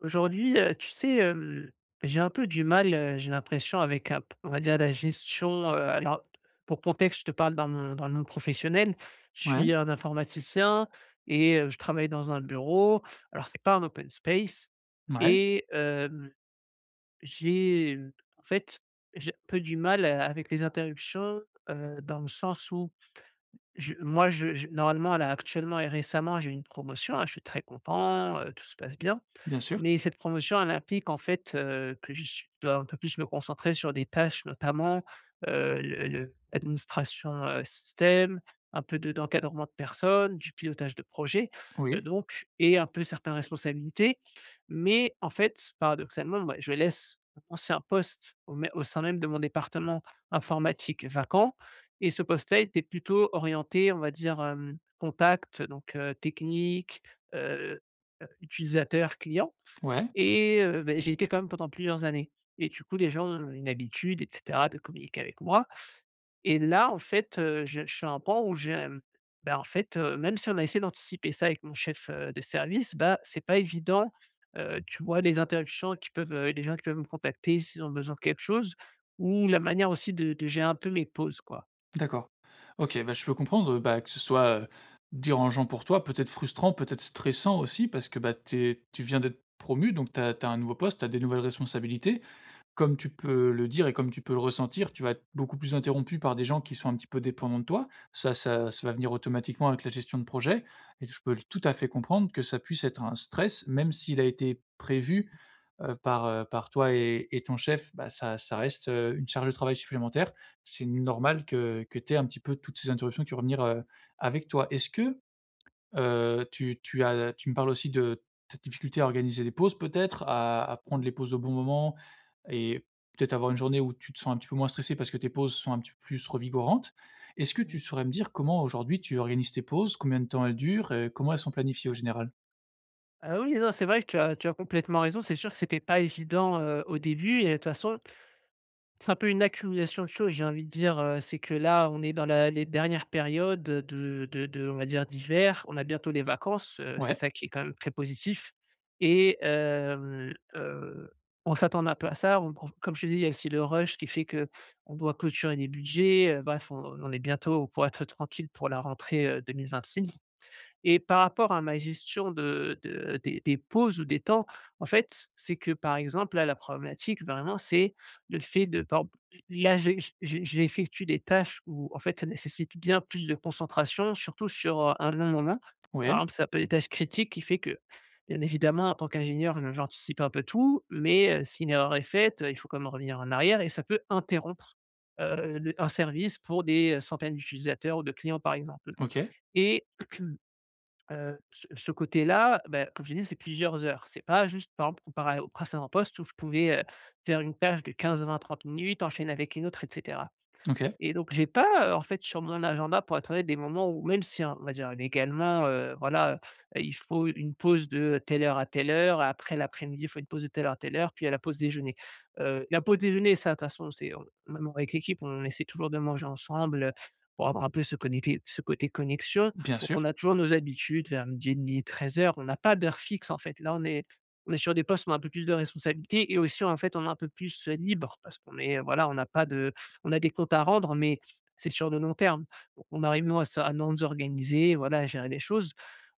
Aujourd'hui, tu sais, j'ai un peu du mal, j'ai l'impression avec un p on va dire la gestion, alors pour contexte, je te parle dans le monde professionnel. Je Ouais, suis un informaticien et je travaille dans un bureau. Alors c'est pas un open space ouais, et j'ai, en fait, j'ai un peu du mal, avec les interruptions, dans le sens où je moi je normalement là actuellement et récemment, j'ai eu une promotion, hein, je suis très content, tout se passe bien. bien sûr, Mais cette promotion, elle implique en fait, que je dois un peu plus me concentrer sur des tâches, notamment, le administration, système, un peu de d'encadrement de personnes, du pilotage de projet, oui, donc et un peu certaines responsabilités. Mais en fait, paradoxalement, bah, je laisse mon ancien poste au sein même de mon département informatique vacant, et ce poste-là était plutôt orienté, on va dire, contact, donc technique, heu, utilisateur, client. ouais, Et beh, j'y étais quand même pendant plusieurs années, et du coup, les gens ont une habitude et cetera de communiquer avec moi. Et là, en fait, je suis à un point où j'ai, bah, en fait, même si on a essayé d'anticiper ça avec mon chef, de service, bah, c'est pas évident, tu vois? Les interruptions qui peuvent, les gens qui peuvent me contacter s'ils ont besoin de quelque chose, ou la manière aussi de gérer un peu mes pauses, quoi. d'accord. OK, bah, je peux comprendre, bah, que ce soit, dérangeant pour toi, peut-être frustrant, peut-être stressant aussi parce que, bah, tu viens d'être promu donc tu as un nouveau poste, tu as des nouvelles responsabilités. Comme tu peux le dire et comme tu peux le ressentir, tu vas être beaucoup plus interrompu par des gens qui sont un petit peu dépendants de toi. Ça va venir automatiquement avec la gestion de projet et je peux tout à fait comprendre que ça puisse être un stress, même s'il a été prévu par, par toi et ton chef, bah, ça reste, une charge de travail supplémentaire. C'est normal que tu aies un petit peu toutes ces interruptions qui vont venir, avec toi. Est-ce que, tu me parles aussi de ta difficulté à organiser des pauses peut-être, à prendre Mmh. les pauses au bon moment et peut-être avoir une journée où tu te sens un petit peu moins stressé parce que tes pauses sont un petit peu plus revigorantes. Est-ce que Mmh. tu saurais me dire comment aujourd'hui tu organises tes pauses? Combien de temps elles durent? Comment elles sont planifiées au général? Ah oui, non, c'est vrai que tu as complètement raison. C'est sûr que c'était pas évident, au début. Et de toute façon, c'est un peu une accumulation de choses, j'ai envie de dire, c'est que là, on est dans la les dernières périodes, de on va dire, d'hiver. On a bientôt les vacances, c'est Ouais, ça qui est quand même très positif, et on s'attend un peu à ça. On prend, comme je te dis, il y a aussi le rush qui fait que on doit clôturer les budgets, bref, on est bientôt pour être tranquille pour la rentrée, 2026. Et par rapport à ma gestion de des pauses ou des temps, en fait, c'est que, par exemple, là, la problématique vraiment, c'est le fait de, par exemple, là, j'effectue des tâches où, en fait, ça nécessite bien plus de concentration, surtout sur, un long moment. Par ouais, exemple, ça peut être des tâches critiques qui fait que, bien évidemment, en tant qu'ingénieur, j'anticipe un peu tout, mais si une erreur est faite, il faut quand même revenir en arrière, et ça peut interrompre, le un service pour des, centaines d'utilisateurs ou de clients, par exemple. OK, Et ce côté-là, bah, comme je l'ai dit, c'est plusieurs heures. C'est pas juste, par exemple, comparé au précédent poste où je pouvais, faire une tâche de 15 vingt trente minutes, enchaîner avec une autre et cetera. OK, Et donc j'ai pas, en fait, sur mon agenda, pour être honnête, des moments où, même si, hein, on va dire légalement, voilà, il faut une pause de telle heure à telle heure, après l'après-midi, il faut une pause de telle heure à telle heure, puis à la pause déjeuner. La pause déjeuner, ça, de toute façon, c'est on, même avec l'équipe, on essaie toujours de manger ensemble, pour avoir un peu ce côté connexion. bien Donc sûr, on a toujours nos habitudes vers 12:30, heures. On n'a pas d'heure fixe, en fait. Là, on est sur des postes où on a un peu plus de responsabilité, et aussi, en fait, on est un peu plus, libre, parce qu'on est, voilà, on n'a pas de on a des comptes à rendre, mais c'est sur le long terme. Donc, on arrive, nous, à, à nous organiser, voilà, à gérer les choses.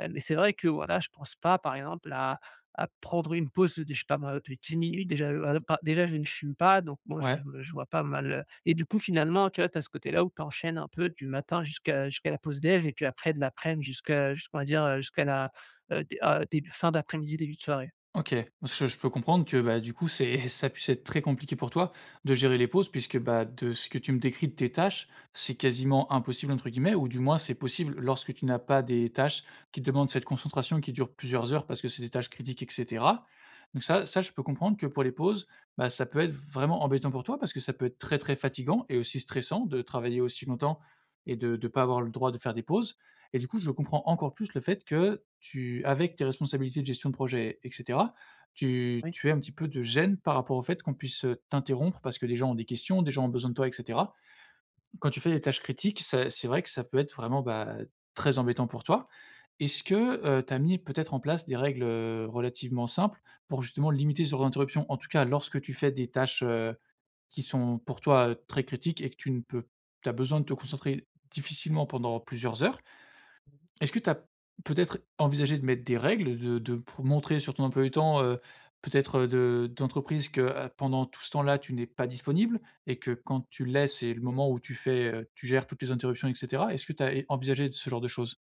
Mais c'est vrai que voilà, je pense pas, par exemple, à prendre une pause de, je sais pas, moi, de 10 minutes. Déjà, déjà, je ne fume pas, donc moi, ouais. je vois pas mal. Et du coup, finalement, tu vois, as ce côté-là où tu enchaînes un peu du matin jusqu'à la pause déj, et puis après de l'après-midi on va dire, jusqu'à la fin d'après-midi, début de soirée. OK. Parce que je peux comprendre que, bah, du coup, c'est ça puisse être très compliqué pour toi de gérer les pauses puisque, bah, de ce que tu me décris de tes tâches, c'est «quasiment impossible» entre guillemets ou du moins c'est possible lorsque tu n'as pas des tâches qui te demandent cette concentration qui dure plusieurs heures parce que c'est des tâches critiques et cetera. Donc ça je peux comprendre que pour les pauses, bah, ça peut être vraiment embêtant pour toi parce que ça peut être très, très fatigant et aussi stressant de travailler aussi longtemps et de pas avoir le droit de faire des pauses. Et du coup, je comprends encore plus le fait que tu avec tes responsabilités de gestion de projet et cetera, tu Oui. tu aies un petit peu de gêne par rapport au fait qu'on puisse, t'interrompre parce que des gens ont des questions, des gens ont besoin de toi et cetera. Quand tu fais des tâches critiques, ça c'est vrai que ça peut être vraiment, bah, très embêtant pour toi. Est-ce que, tu as mis peut-être en place des règles, relativement simples pour justement limiter ce genre d'interruption? En tout cas, lorsque tu fais des tâches, qui sont pour toi, très critiques et que tu ne peux tu as besoin de te concentrer difficilement pendant plusieurs heures. Est-ce que tu as peut-être envisagé de mettre des règles, de pour montrer sur ton emploi du temps, peut-être, de d'entreprise que, pendant tout ce temps-là, tu n'es pas disponible et que quand tu l'es, c'est le moment où tu fais, tu gères toutes les interruptions et cetera? Est-ce que tu as envisagé ce genre de choses?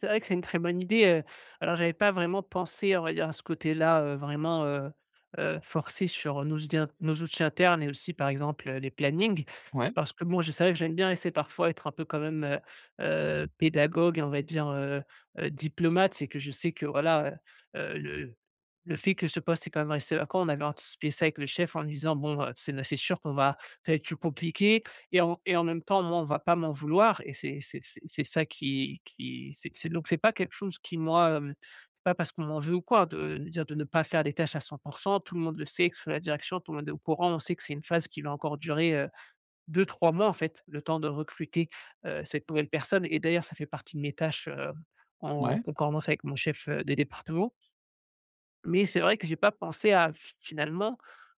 C'est vrai que c'est une très bonne idée, alors j'avais pas vraiment pensé, on va dire, à ce côté-là, vraiment, forcé sur nos outils internes, et aussi, par exemple, les plannings. Ouais, Parce que bon, je savais que j'aime bien essayer parfois être un peu quand même, pédagogue, on va dire, diplomate. C'est que je sais que voilà, heu heu, le le fait que ce poste est quand même resté vacant, on avait anticipé ça avec le chef en lui disant: «Bon, c'est sûr qu'on va ça va être plus compliqué». Et en même temps, moi, on va pas m'en vouloir, et c'est ça qui c'est donc c'est pas quelque chose qui, moi, c'est pas parce qu'on m'en veut ou quoi de dire de ne pas faire des tâches à 100. Tout le monde le sait, que ce soit la direction, tout le monde est au courant. On sait que c'est une phase qui va encore durer, 2-3 mois, en fait, le temps de recruter, cette nouvelle personne, et d'ailleurs, ça fait partie de mes tâches, en ouais, concordance avec mon chef, de département. Mais c'est vrai que j'ai pas pensé à, finalement,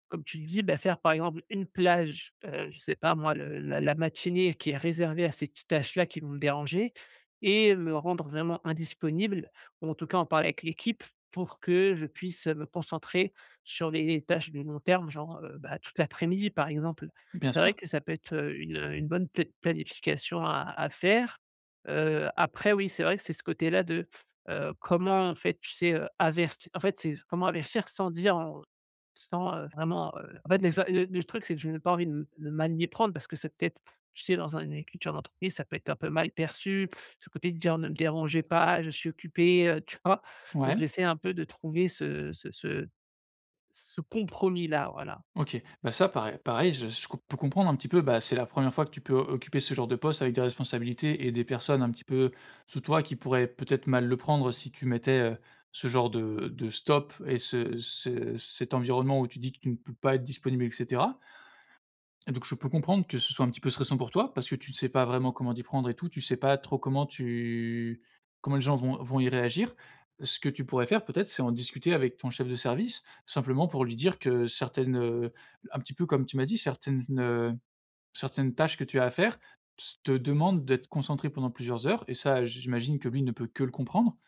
comme tu le dis, bah, faire par exemple une plage, je sais pas moi, le la la matinée qui est réservée à ces petites tâches-là qui vont me déranger et me rendre vraiment indisponible, ou en tout cas en parler avec l'équipe pour que je puisse me concentrer sur les tâches de long terme, genre, bah, toute l'après-midi par exemple. bien C'est vrai sûr. que ça peut être, une bonne planification à faire. Après oui, c'est vrai que c'est ce côté-là de, comment, en fait, tu sais, averti, en fait, c'est comment avertir sans dire, sans, vraiment, en fait, le truc, c'est que je n'ai pas envie de mal m'y prendre, parce que c'est peut-être, tu sais, dans un une culture d'entreprise, ça peut être un peu mal perçu, ce côté de dire: «Ne me dérangez pas, je suis occupé», tu vois? Donc Ouais. j'essaie un peu de trouver ce compromis-là, voilà. OK. Bah, ça, pareil pareil, je co- peux comprendre un petit peu, bah, c'est la première fois que tu peux occuper ce genre de poste avec des responsabilités et des personnes un petit peu sous toi qui pourraient peut-être mal le prendre si tu mettais, ce genre de stop et ce ce cet environnement où tu dis que tu ne peux pas être disponible etc. Donc je peux comprendre que ce soit un petit peu stressant pour toi, parce que tu ne sais pas vraiment comment t'y prendre et tout, tu sais pas trop comment tu comment les gens vont y réagir. Ce que tu pourrais faire peut-être, c'est en discuter avec ton chef de service, simplement pour lui dire que certaines, un petit peu comme tu m'as dit, certaines, certaines tâches que tu as à faire s te demandent d'être concentré pendant plusieurs heures et ça, j'imagine que lui ne peut que le comprendre.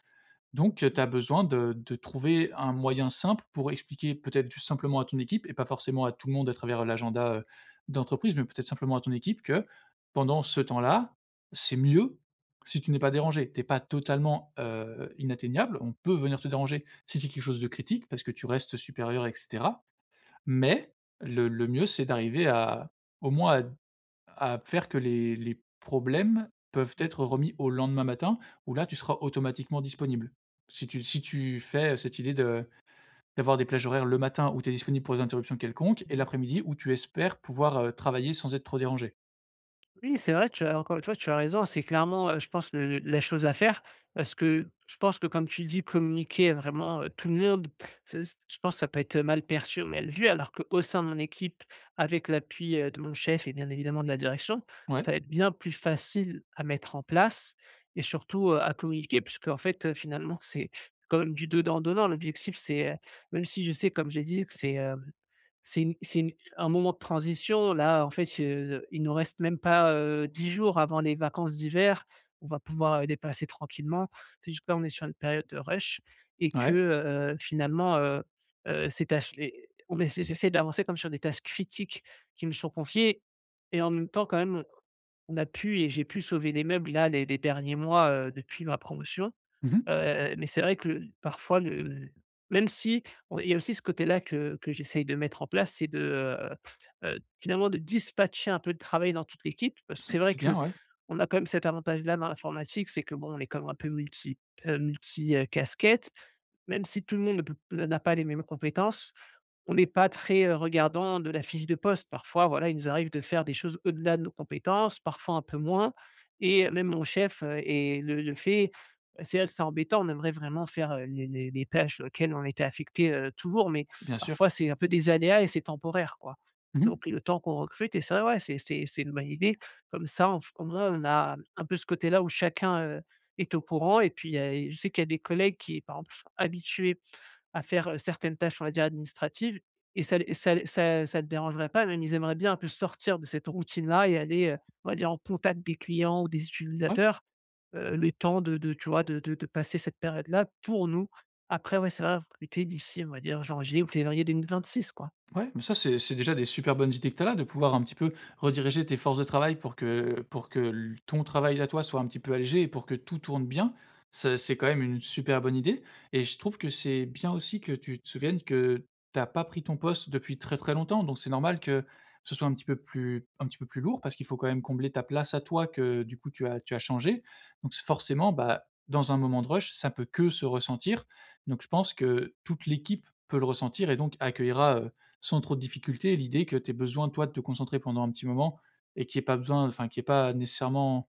Donc, Mmh. tu as besoin de trouver un moyen simple pour expliquer peut-être juste simplement à ton équipe et pas forcément à tout le monde à travers l'agenda, d'entreprise, mais peut-être simplement à ton équipe que pendant ce temps-là, c'est mieux si tu n'es pas dérangé. Tu es pas totalement, inatteignable, on peut venir te déranger si c'est quelque chose de critique parce que tu restes supérieur et cetera, mais le mieux c'est d'arriver à au moins à faire que les problèmes peuvent Mmh. être remis au lendemain matin où là, tu seras automatiquement disponible. Si tu si tu fais cette idée de d'avoir des plages horaires le matin où tu es disponible pour des interruptions quelconques et Mmh. l'après-midi où tu espères pouvoir, travailler sans être trop dérangé. Oui, c'est vrai, tu as encore une fois, tu as raison. C'est clairement, je pense, le la chose à faire, parce que je pense que comme tu dis, communiquer à vraiment, tout le monde, c'est c je pense que ça peut être mal perçu ou mal vu, alors qu'au sein de mon équipe, avec l'appui, de mon chef et bien évidemment de la direction, Ouais, ça va être bien plus facile à mettre en place, et surtout, à communiquer, puisqu'en fait, finalement, c'est quand même du donnant-donnant. L'objectif, c'est, même si je sais, comme j'ai dit, que c'est une un moment de transition. Là, en fait, il nous reste même pas, 10 jours avant les vacances d'hiver. On va pouvoir, les passer tranquillement. C'est juste que là, on est sur une période de rush, et que, ouais. Finalement, ces tâches les on essaie j'essaie d'avancer, comme sur des tâches critiques qui me sont confiées, et en même temps, quand même, on a pu et j'ai pu sauver des meubles là, les derniers mois, depuis ma promotion. Mmh mh. Mais c'est vrai que le parfois le même si on il y a aussi ce côté-là que j'essaye de mettre en place, c'est de, finalement, de dispatcher un peu de travail dans toute l'équipe. Parce que C'est c'est vrai bien, que ouais, on a quand même cet avantage-là dans l'informatique, c'est que, bon, on est quand même un peu multi, multi, casquettes. Même si tout le monde ne peut n'a pas les mêmes compétences, on n'est pas très, regardant de la fiche de poste. Parfois, voilà, il nous arrive de faire des choses au-delà de nos compétences, parfois un peu moins, et même mon chef, et le fait, c'est vrai que c'est embêtant, on aimerait vraiment faire, les tâches auxquelles on était affecté, toujours, mais bien sûr. parfois c'est un peu des aléas et c'est temporaire, quoi. Mmh. Donc le temps qu'on recrute, et c'est vrai, ouais, c'est une bonne idée. Comme ça, on, au moins, on a un peu ce côté-là où chacun, est au courant. Et puis, je sais qu'il y a des collègues qui, par exemple, sont habitués à faire certaines tâches, on va dire, administratives, et ça te dérangerait pas, même ils aimeraient bien un peu sortir de cette routine-là et aller, on va dire, en contact des clients ou des Ouais. utilisateurs, le temps de tu vois, de de passer cette période-là pour nous. Après, ouais, c'est vrai, recruter d'ici, on va dire, janvier ou février 2026, quoi. Ouais, mais ça, c'est déjà des super bonnes idées que tu as là, de pouvoir un petit peu rediriger tes forces de travail pour que l ton travail à toi soit un petit peu allégé et pour que tout tourne bien. Ça, c'est quand même une super bonne idée et je trouve que c'est bien aussi que tu te souviennes que t'as pas pris ton poste depuis très, très longtemps. Donc c'est normal que ce soit un petit peu plus un petit peu plus lourd parce qu'il faut quand même combler ta place à toi que du coup tu as changé. Donc forcément, bah, dans un moment de rush, ça peut que se ressentir. Donc je pense que toute l'équipe peut le ressentir et donc accueillera, sans trop de difficultés. Et l'idée que tu aies besoin, toi, de te concentrer pendant un petit moment et qu'il n'y ait pas besoin, enfin, qu'il n'y ait pas nécessairement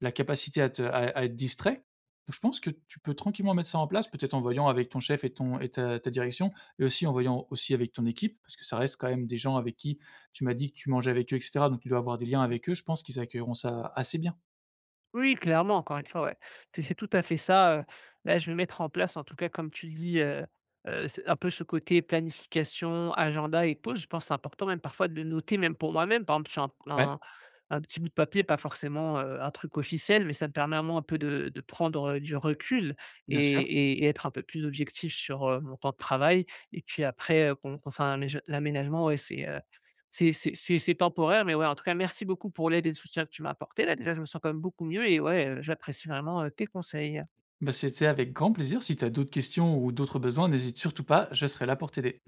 la capacité à, te- à être distrait. Donc, je pense que tu peux tranquillement mettre ça en place, peut-être en voyant avec ton chef et, ton, et ta, ta direction, et aussi en voyant aussi avec ton équipe, parce que ça reste quand même des gens avec qui tu m'as dit que tu mangeais avec eux, etc. Donc tu dois avoir des liens Mmh. avec eux. Je pense qu'ils accueilleront ça assez bien. Oui, clairement, encore une fois, ouais. C'est tout à fait ça. Là, je vais mettre en place, en tout cas, comme tu le dis, c'est un peu ce côté planification, agenda et pause. Je pense que c'est important même parfois de le noter, même pour moi-même. Par exemple, sur Ouais, un petit bout de papier, pas forcément, un truc officiel, mais ça me permet vraiment un peu de prendre, du recul, bien et sûr. Et être un peu plus objectif sur, mon temps de travail. Et puis après, qu'on fait un amége l'aménagement, ouais, c'est temporaire, mais ouais, en tout cas, merci beaucoup pour l'aide et le soutien que tu m'as apporté là. Déjà, je me sens quand même beaucoup mieux, et ouais, j'apprécie vraiment, tes conseils. Bah, c'était avec grand plaisir. Si tu as d'autres questions ou d'autres besoins, n'hésite surtout pas, je serai là pour t'aider.